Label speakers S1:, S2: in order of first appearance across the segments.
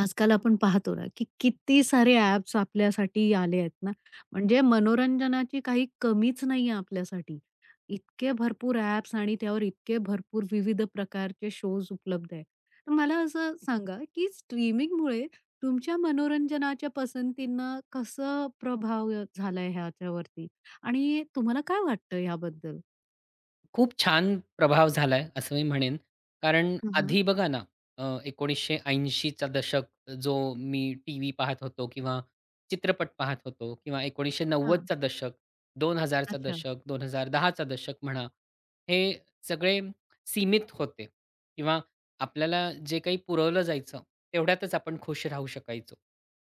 S1: आजकाल आपण पाहतो ना, की किती सारे ॲप्स आपल्यासाठी आले आहेत ना, म्हणजे मनोरंजनाची काही कमीच नाहीये आपल्यासाठी. इतके भरपूर ॲप्स आणि त्यावर इतके भरपूर विविध प्रकारचे शोज उपलब्ध आहेत. तर मला असं सांगा, की स्ट्रीमिंगमुळे तुमच्या मनोरंजनाच्या पसंतींना कसं प्रभाव झालाय ह्याच्यावरती आणि तुम्हाला काय वाटतं ह्याबद्दल?
S2: खूप छान प्रभाव झालाय असं मी म्हणेन. कारण
S1: हं, हं.
S2: आधी बघा ना, 1980 चा दशक जो मी टीव्ही पाहत होतो किंवा चित्रपट पाहत होतो किंवा 1990 चा दशक, 2000 चा
S1: अच्छा.
S2: दशक, 2010 चा दशक म्हणा, हे सगळे सीमित होते किंवा आपल्याला जे काही पुरवलं जायचं तेवढ्यातच आपण खुश राहू शकायचो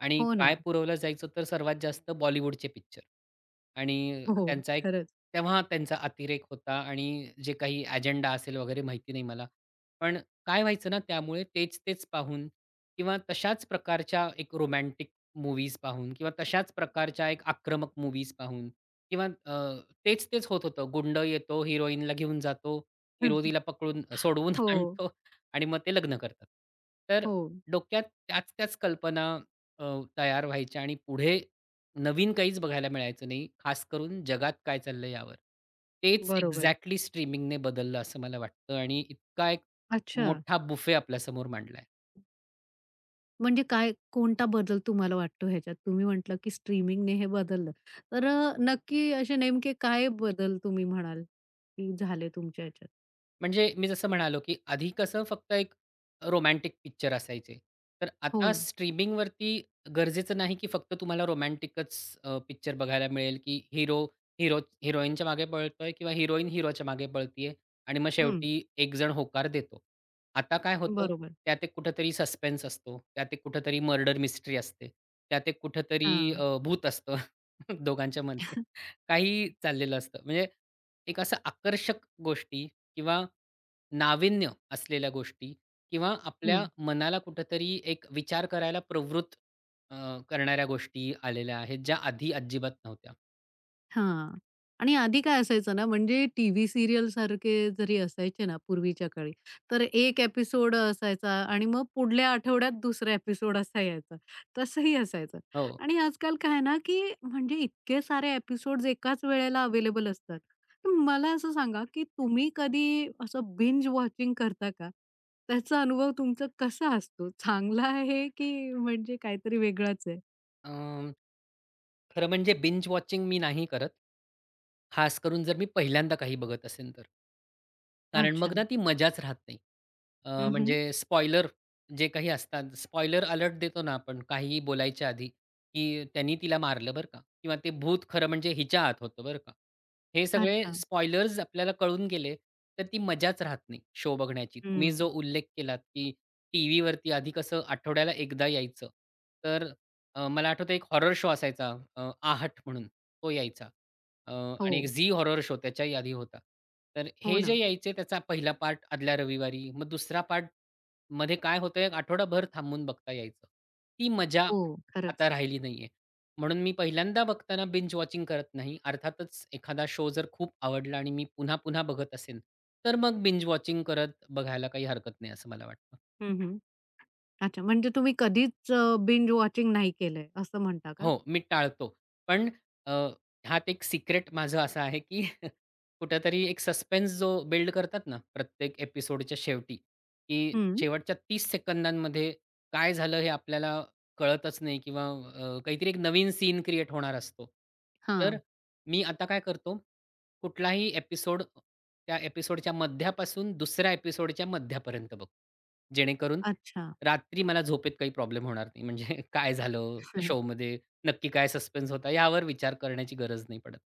S2: आणि
S1: हो ना.
S2: काय पुरवलं जायचं तर सर्वात जास्त बॉलिवूडचे पिक्चर आणि
S1: हो,
S2: त्यांचा एक
S1: खरंच.
S2: तेव्हा त्यांचा अतिरेक होता आणि जे काही अजेंडा असेल वगैरे माहिती नाही मला. पण काय व्हायचं ना त्यामुळे तेच-तेच पाहून किंवा तशाच प्रकारच्या एक रोमॅन्टिक मूव्हीज पाहून किंवा तशाच प्रकारच्या एक आक्रमक मूव्हीज पाहून किंवा तेच-तेच होत होतं. गुंड येतो, हिरोईनला घेऊन जातो, हिरो तिला पकडून सोडवून
S1: हो,
S2: आणतो आणि मग ते लग्न करतात. तर
S1: हो.
S2: डोक्यात त्याच-त्याच कल्पना अ, तयार व्हायच्या आणि पुढे नवीन काहीच बघायला मिळायचं नाही, खास करून जगात काय चाललंय यावर. तेच
S1: बरोबर.
S2: एक्झॅक्टली स्ट्रीमिंगने बदललं असं मला वाटतं आणि इतका एक
S1: अच्छा.
S2: मोठा बुफे आपल्यासमोर मांडलाय.
S1: म्हणजे काय कोणता बदल तुम्हाला वाटतो ह्याच्यात? तुम्ही म्हटलं की स्ट्रीमिंगने हे बदललं. तर नक्की असे नेमके काय बदल तुम्ही म्हणाल की झाले तुमच्या ह्याच्यात?
S2: म्हणजे मी जसं म्हणालो, की आधी कसं फक्त एक रोमॅन्टिक पिक्चर असायचे. तर
S1: हो
S2: आता
S1: ना.
S2: स्ट्रीमिंगवरती गरजेचं नाही, की फक्त तुम्हाला रोमॅन्टिकच पिक्चर बघायला मिळेल, की हिरो हिरोईनच्या मागे पळतोय किंवा हिरोईन हिरोच्या मागे पळतीये आणि मग
S1: हं.
S2: शेवटी एक जण होकार देतो. आता काय होतं,
S1: बरोबर.
S2: त्यात एक कुठेतरी सस्पेन्स असतो, त्यात एक कुठेतरी मर्डर मिस्ट्री असते, त्यात एक कुठेतरी
S1: हां.
S2: भूत असतं दोघांच्यामध्ये. काही चाललेलं असतं. म्हणजे एक असं आकर्षक गोष्टी किंवा नाविन्य असलेल्या गोष्टी किंवा आपल्या
S1: हं.
S2: मनाला कुठेतरी एक विचार करायला प्रवृत्त करणाऱ्या गोष्टी आलेल्या आहेत, ज्या आधी अजिबात नव्हत्या.
S1: हां. आणि आधी काय असायचं ना, म्हणजे टीव्ही सीरियलसारखे जरी असायचे ना पूर्वीच्या काळी, तर एक एपिसोड असायचा आणि मग पुढल्या आठवड्यात दुसरा एपिसोड असा यायचा. तसंही असायचं.
S2: हो.
S1: आणि आजकाल काय आहे ना, की म्हणजे इतके सारे एपिसोड एकाच वेळेला अवेलेबल असतात. तर मला असं सांगा, की तुम्ही कधी असं बिंज वॉचिंग करता का? त्याचा अनुभव तुमचा कसा असतो? चांगला आहे, की म्हणजे काहीतरी वेगळाच आहे?
S2: अं, खरं म्हणजे बिंज वॉचिंग मी नाही करत. खास करून जर मी पहिल्यांदा काही बघत असेन तर. कारण मग
S1: अच्छा.
S2: ना ती मजाच राहत नाही. म्हणजे
S1: हं,
S2: स्पॉइलर जे काही असतात, स्पॉइलर अलर्ट देतो ना आपण काहीही बोलायच्या आधी, की "त्यांनी तिला मारलं बरं का" किंवा "ते भूत खरं म्हणजे हिच्या आत होतं बरं का." हे सगळे
S1: अच्छा.
S2: स्पॉइलर्स आपल्याला कळून गेले, तर ती मजाच राहत नाही शो बघण्याची. तुम्ही जो
S1: हं.
S2: उल्लेख केलात, की टीव्हीवरती आधी कसं आठवड्याला एकदा यायचं, तर मला आठवतं एक हॉरर शो असायचा, आहट म्हणून तो यायचा,
S1: हो.
S2: आणि एक झी हॉरर शो त्याच्याही आधी होता. तर
S1: हो
S2: हे जे
S1: ना.
S2: यायचे त्याचा पहिला पार्ट आदल्या रविवारी, मग दुसरा पार्ट मध्ये काय होतं एक आठवडाभर थांबून बघता यायचं. ती मजा
S1: हो, खरंच.
S2: आता राहिली नाहीये. म्हणून मी पहिल्यांदा बघताना बिंज वॉचिंग करत नाही. अर्थातच एखादा शो जर खूप आवडला आणि मी पुन्हा-पुन्हा बघत असेन, तर मग बिंज वॉचिंग करत बघायला काही हरकत नाही असं मला वाटतं.
S1: हं, हं. अच्छा, म्हणजे तुम्ही कधीच बिंज वॉचिंग नाही केलंय असं म्हणता का?
S2: हो, मी टाळतो. पण अ, ह्यात एक सिक्रेट माझं असं आहे, की कुठेतरी एक सस्पेन्स जो बिल्ड करतात ना, प्रत्येक एपिसोडच्या शेवटी, की
S1: हं.
S2: शेवटच्या 30 सेकंदांमध्ये काय झालं हे आपल्याला कळतच नाही किंवा काहीतरी एक नवीन सीन क्रिएट होणार असतो. तर
S1: हां.
S2: मी आता काय करतो, कुठलाही एपिसोड त्या एपिसोडच्या मध्यापासून दुसऱ्या एपिसोडच्या मध्यापर्यंत बघतो. जेणेकरून
S1: अच्छा.
S2: रात्री मला झोपेत काही प्रॉब्लेम होणार नाही. म्हणजे काय झालं त्या
S1: हं,
S2: शोमध्ये? नक्की काय सस्पेन्स होता यावर विचार करण्याची गरज नाही पडत.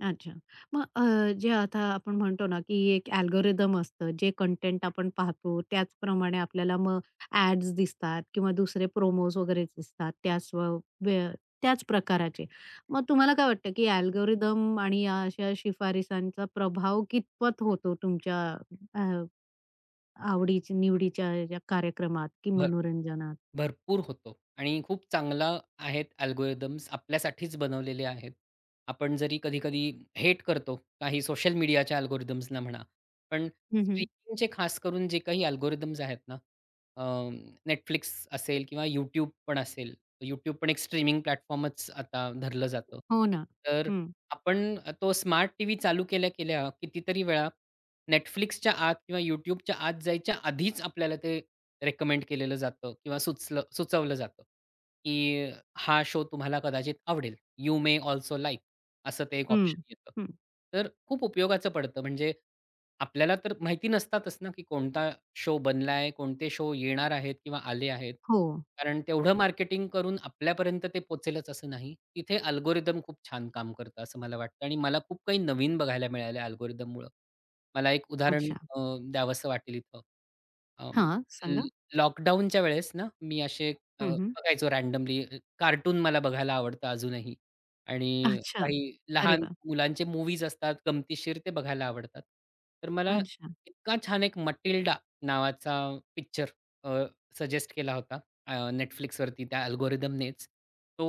S1: अच्छा. मग जे आता आपण म्हणतो ना, की एक अल्गोरिदम असतं, जे कंटेंट आपण पाहतो त्याचप्रमाणे आपल्याला मग ॲड्स दिसतात किंवा दुसरे प्रोमोज वगैरे दिसतात त्याच वे त्याच प्रकाराचे. मग तुम्हाला काय वाटतं, की अल्गोरिदम आणि या अशा शिफारसांचा प्रभाव कितपत होतो तुमच्या आवडीच्या निवडीच्या ज्या कार्यक्रमात की
S2: भर
S1: मनोरंजनात.
S2: भरपूर होतो आणि खूप चांगला आहेत अल्गोरिदम्स आपल्यासाठीच बनवलेले आहेत. आपण जरी कधी-कधी हेट करतो काही सोशल मीडियाच्या अल्गोरिदम्सना म्हणा, पण
S1: हं, हं.
S2: स्ट्रीमिंगचे खास करून जे काही अल्गोरिदम्स आहेत ना, अ, असेल किंवा YouTube पण असेल. YouTube पण एक स्ट्रीमिंग प्लॅटफॉर्मच आता धरलं जातं.
S1: हो ना.
S2: तर
S1: हं,
S2: आपण तो स्मार्ट टीव्ही चालू केल्या-केल्या कितीतरी वेळा Netflixच्या आत किंवा YouTubeच्या आत जायच्या आधीच आपल्याला ते रेकमेंड केलेलं जातं किंवा सुचवलं जातं, की हा शो तुम्हाला कदाचित आवडेल. यू मे अल्सो लाइक असं ते एक
S1: हं,
S2: ऑप्शन येतं.
S1: हं.
S2: तर खूप उपयोगाचं पडतं. म्हणजे आपल्याला तर माहिती नसतातच ना, की कोणता शो बनलाय, कोणते शो येणार आहेत किंवा आले आहेत.
S1: हो.
S2: कारण तेवढं मार्केटिंग करून आपल्यापर्यंत ते पोहोचेलच असं नाही. तिथे अल्गोरिदम खूप छान काम करतं असं मला वाटतं आणि मला खूप काही नवीन बघायला मिळालं अल्गोरिदममुळं. मला एक उदाहरण
S1: अच्छा.
S2: अ, द्यावसं वाटेल इथं.
S1: हां, सांगा.
S2: लॉकडाऊनच्या वेळेस ना, मी असे अ,
S1: हं, हं.
S2: बघायचो रँडमली. कार्टून मला बघायला आवडतं अजूनही आणि
S1: अच्छा.
S2: काही
S1: अरे
S2: लहान
S1: वाह!
S2: मुलांचे मूव्हीज असतात, गमतीशीर ते बघायला आवडतात. तर मला
S1: अच्छा,
S2: इतका छान एक मटिल्डा नावाचा पिक्चर सजेस्ट केला होता अ, Netflix वरती त्या अल्गोरिथमनेच. तो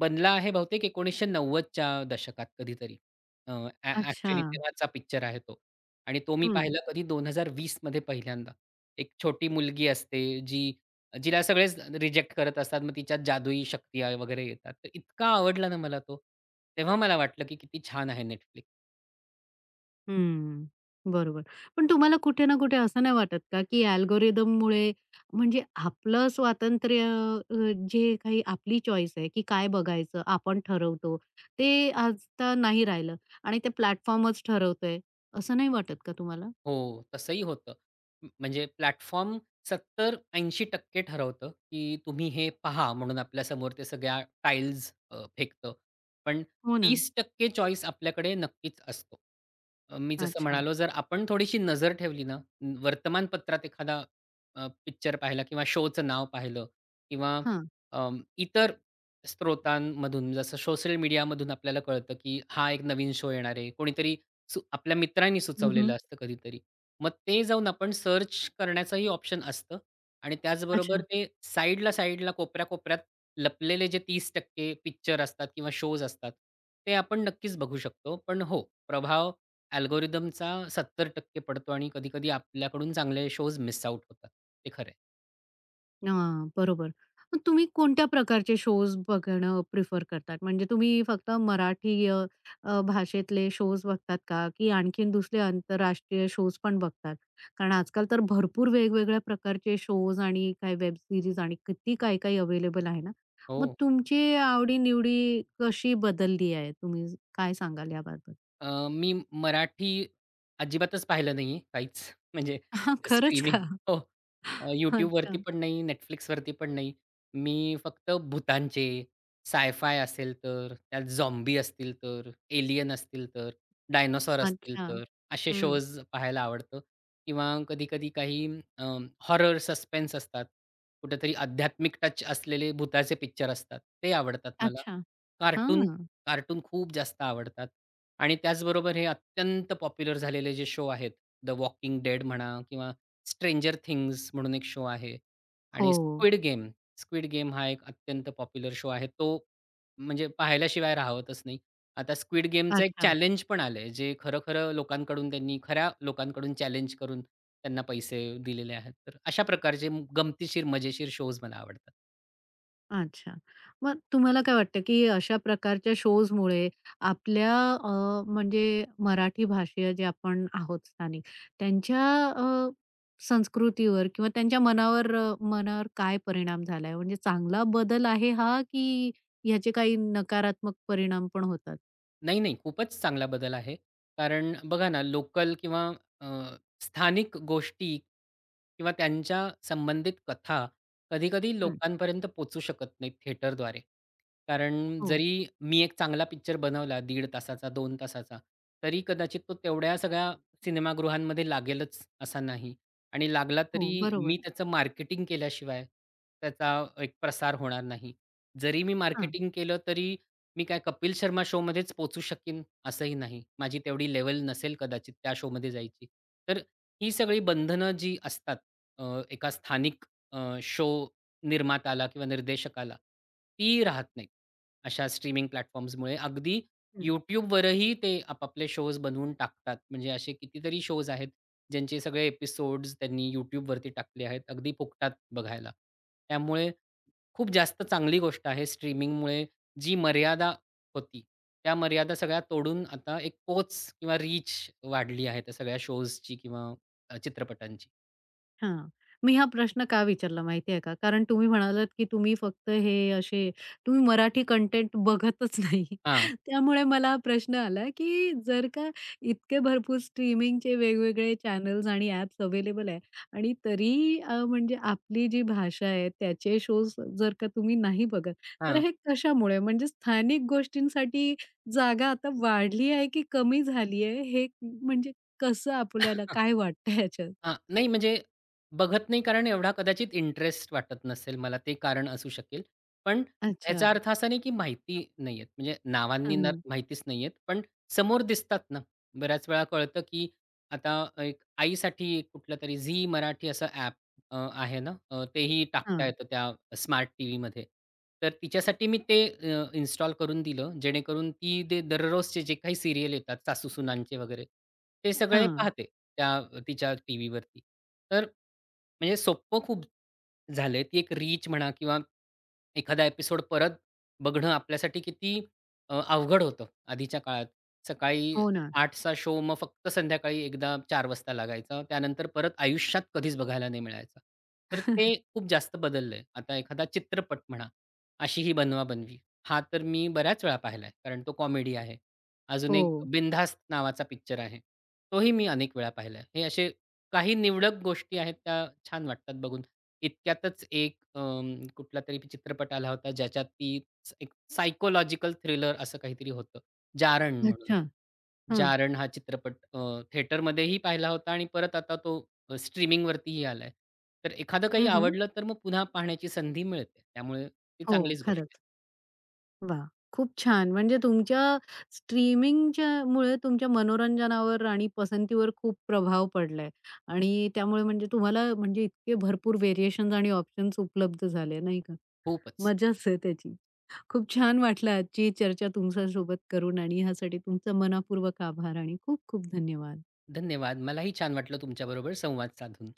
S2: बनला आहे बहुतेक 1990च्या दशकात कधीतरी. अ, अॅ
S1: अच्छा.
S2: ॲक्चुअली तेव्हाचा पिक्चर आहे तो आणि तो मी
S1: हं,
S2: पाहिला कधी 2020 मध्ये पहिल्यांदा. एक छोटी मुलगी असते जी जिला सगळेच रिजेक्ट करत असतात. मग तिच्यात जादुई शक्ती वगैरे येतात. तर इतका आवडला ना मला तो. तेव्हा मला वाटलं, की किती छान आहे Netflix.
S1: हं. बरोबर. पण तुम्हाला कुठे ना कुठे असं नाही वाटत का, की अल्गोरिदममुळे म्हणजे आपलं स्वातंत्र्य अ, जे काही आपली चॉईस आहे, की काय बघायचं आपण ठरवतो, ते आता नाही राहिलं आणि ते प्लॅटफॉर्मच ठरवतोय, असं नाही वाटत का तुम्हाला?
S2: हो, तसंही होतं. म्हणजे प्लॅटफॉर्म 70 टक्के ठरवतं, की तुम्ही हे पहा म्हणून आपल्यासमोर ते सगळ्या टाइल्स फेकतं. पण
S1: हो ना.
S2: 30% चॉईस आपल्याकडे नक्कीच असतो. मी जसं
S1: अच्छा.
S2: म्हणालो, जर आपण थोडीशी नजर ठेवली ना, वर्तमानपत्रात एखादा पिक्चर पाहिला किंवा शोचं नाव पाहिलं किंवा
S1: हां.
S2: इतर स्त्रोतांमधून जसं सोशल मीडियामधून आपल्याला कळतं, की हा एक नवीन शो येणार आहे. कोणीतरी आपल्या मित्रांनी सुचवलेलं
S1: हं,
S2: असतं कधीतरी. मग ते जाऊन आपण सर्च करण्याचंही ऑप्शन असतं आणि त्याचबरोबर
S1: अच्छा.
S2: ते साइडला, साइडला, कोपऱ्या-कोपऱ्यात लपलेले जे 30% पिक्चर असतात किंवा शोज असतात, ते आपण नक्कीच बघू शकतो. पण हो, प्रभाव अल्गोरिथमचा 70% पडतो आणि कधी-कधी आपल्याकडून चांगले शोज मिस आउट होतात. ते खरं.
S1: हां, बरोबर. मग तुम्ही कोणत्या प्रकारचे शोज बघणं प्रिफर करतात? म्हणजे तुम्ही फक्त मराठी भाषेतले शोज बघतात का? की आणखीन दुसरे आंतरराष्ट्रीय शोज पण बघतात? कारण आजकाल तर भरपूर वेगवेगळ्या प्रकारचे शोज आणि काही वेब सीरीज आणि किती काही-काही अवेलेबल आहे ना.
S2: हो.
S1: मग तुमची आवडी कशी बदलली आहे? तुम्ही काय सांगाल याबाबत?
S2: मी मराठी अजिबातच पाहिलं नाहीये काहीच. म्हणजे
S1: हां, खरंच
S2: स्ट्रीमिंग.
S1: का?
S2: हो. YouTubeवरती
S1: अच्छा,
S2: पण नाही, Netflixवरती पण नाही. मी फक्त भुतांचे, साय-फाय असेल तर, त्यात झॉम्बी असतील तर, एलियन असतील तर, डायनोसॉर असतील
S1: अच्छा.
S2: तर, असे
S1: हं.
S2: शोज पाहायला आवडतं किंवा कधी-कधी काही अ, हॉरर सस्पेन्स असतात. कुठेतरी आध्यात्मिक टच असलेले भुताचे पिक्चर असतात. ते आवडतात मला.
S1: अच्छा.
S2: कार्टून
S1: हां.
S2: कार्टून खूप जास्त आवडतात आणि त्याचबरोबर हे अत्यंत पॉप्युलर झालेले जे शो आहेत, द वॉकिंग डेड म्हणा किंवा स्ट्रेंजर थिंग्ज म्हणून एक शो आहे आणि
S1: हो.
S2: स्क्विड गेम, स्क्विड गेम हा एक अत्यंत पॉप्युलर शो आहे. तो म्हणजे पाहिल्याशिवाय राहवतच नाही. आता स्क्विड गेमचं एक
S1: अच्छा,
S2: चॅलेंज पण आलंय, जे खरं-खरं लोकांकडून त्यांनी खऱ्या लोकांकडून चॅलेंज करून त्यांना पैसे दिलेले आहेत. तर अशा प्रकारचे गमतीशीर, मजेशीर शोज मला आवडतात.
S1: अच्छा. मग तुम्हाला काय वाटतं, की अशा प्रकारच्या शोजमुळे आपल्या म्हणजे मराठी भाषीय जे आपण आहोत स्थानिक, त्यांच्या अ, संस्कृतीवर किंवा त्यांच्या मनावर मनावर काय परिणाम झालाय? म्हणजे चांगला बदल आहे हा, की ह्याचे काही नकारात्मक परिणाम पण होतात?
S2: नाही, नाही. खूपच चांगला बदल आहे. कारण बघा ना, लोकल किंवा अ, स्थानिक गोष्टी किंवा त्यांच्या संबंधित कथा कधी-कधी
S1: हं.
S2: लोकांपर्यंत पोहोचू शकत नाहीत थिएटरद्वारे. कारण
S1: हो,
S2: जरी मी एक चांगला पिक्चर बनवला दीड तासाचा, दोन तासाचा, तरी कदाचित तो तेवढ्या सगळ्या सिनेमागृहांमध्ये लागेलच असा नाही. आणि लागला
S1: हो.
S2: तरी मी
S1: बरोबर.
S2: त्याचं मार्केटिंग केल्याशिवाय त्याचा एक प्रसार होणार नाही. जरी मी
S1: हां.
S2: मार्केटिंग केलं तरी मी काय कपिल शर्मा शोमध्येच पोहोचू शकीन असंही नाही. माझी तेवढी लेवल नसेल कदाचित त्या शोमध्ये जायची. तर ही सगळी बंधनं जी असतात अ, एका स्थानिक शो निर्मात्याला किंवा निर्देशकाला, ती राहत नाहीत अशा स्ट्रीमिंग प्लॅटफॉर्म्समुळे. अगदी
S1: हं.
S2: YouTubeवरही ते आपापले शोज बनवून टाकतात. म्हणजे असे कितीतरी शोज आहेत, ज्यांचे सगळे एपिसोड्स त्यांनी YouTubeवरती टाकले आहेत. अगदी फुकटात बघायला. त्यामुळे खूप जास्त चांगली गोष्ट आहे स्ट्रीमिंगमुळे जी मर्यादा होती, त्या मर्यादा सगळ्या तोडून आता एक पोच किंवा रीच वाढली आहे त्या सगळ्या शोजची किंवा चित्रपटांची.
S1: हां. मी हा प्रश्न का विचारला माहिती आहे का? कारण तुम्ही म्हणालात, की तुम्ही फक्त हे असे तुम्ही मराठी कंटेंट बघतच नाही.
S2: हां,
S1: त्यामुळे मला हा प्रश्न आला, की जर का इतके भरपूर स्ट्रीमिंगचे वेगवेगळे चॅनल्स आणि ॲप्स अवेलेबल आहे आणि तरी म्हणजे आपली जी भाषा आहे त्याचे शोज जर का तुम्ही नाही बघत, तर
S2: हां.
S1: हे कशामुळे? म्हणजे स्थानिक गोष्टींसाठी जागा आता वाढली आहे की कमी झाली आहे? हे म्हणजे कसं आपल्याला काय वाटतं ह्याच्यात?
S2: हां, नाही म्हणजे बघत नाही कारण एवढा कदाचित इंटरेस्ट वाटत नसेल मला ते कारण असू शकेल. पण
S1: अच्छा.
S2: ह्याचा अर्थ असा नाही की माहिती नाही आहेत. म्हणजे नावांनी
S1: हां,
S2: ना
S1: हां.
S2: माहितीच नाही आहेत. पण समोर दिसतात ना, बऱ्याच वेळा कळतं की आता एक आईसाठी कुठलंतरी झी मराठी असं ॲप आहे ना, तेही टाकता
S1: हां,
S2: येतं त्या स्मार्ट टीव्हीमध्ये. तर तिच्यासाठी मी ते इन्स्टॉल करून दिलं, जेणेकरून ती ते दररोजचे जे काही सीरियल येतात सासूसुनांचे वगैरे, ते सगळे पाहते त्या तिच्या टीव्हीवरती. तर म्हणजे सोप्पं खूप झालंय, ती एक रीच म्हणा किंवा एखादा एपिसोड परत बघणं आपल्यासाठी किती अवघड होतं आधीच्या काळात. सकाळी
S1: हो ना.
S2: 8चा शो मग फक्त संध्याकाळी एकदा 4 वाजता लागायचा. त्यानंतर परत आयुष्यात कधीच बघायला नाही मिळायचा. तर ते खूप जास्त बदललंय. आता एखादा चित्रपट म्हणा, अशी ही बनवा-बनवी. हा तर मी बऱ्याच वेळा पाहिलाय, कारण तो कॉमेडी आहे. अजून एक
S1: हो.
S2: बिनधास्त नावाचा पिक्चर आहे. तोही मी अनेक वेळा पाहिलाय. हे असे काही निवडक गोष्टी आहेत त्या छान वाटतात बघून. इतक्यातच एक कुठलातरी चित्रपट आला होता ज्याच्यात ती एक सायकॉलॉजिकल थ्रिलर असं काहीतरी होतं. जारण म्हणून.
S1: अच्छा. हां.
S2: जारण हा चित्रपट थिएटरमध्येही पाहिला होता आणि परत आता तो स्ट्रीमिंगवरतीही आलाय. तर एखादं काही
S1: हं, हं.
S2: आवडलं तर मग पुन्हा पाहण्याची संधी मिळते. त्यामुळे ती
S1: हो,
S2: चांगलीच गोष्ट आहे.
S1: खरंच. वाह! खूप छान. म्हणजे तुमच्या स्ट्रीमिंगच्या मुळे तुमच्या मनोरंजनावर आणि पसंतीवर खूप प्रभाव पडलाय आणि त्यामुळे म्हणजे तुम्हाला म्हणजे इतके भरपूर व्हेरिएशन्स आणि ऑप्शन्स उपलब्ध झाले, नाही का?
S2: खूपच.
S1: मजाच आहे त्याची. खूप छान वाटलं आजची चर्चा तुमच्यासोबत करून आणि ह्यासाठी तुमचं मनःपूर्वक आभार आणि खूप खूप धन्यवाद.
S2: धन्यवाद. मलाही छान वाटलं तुमच्याबरोबर संवाद साधून.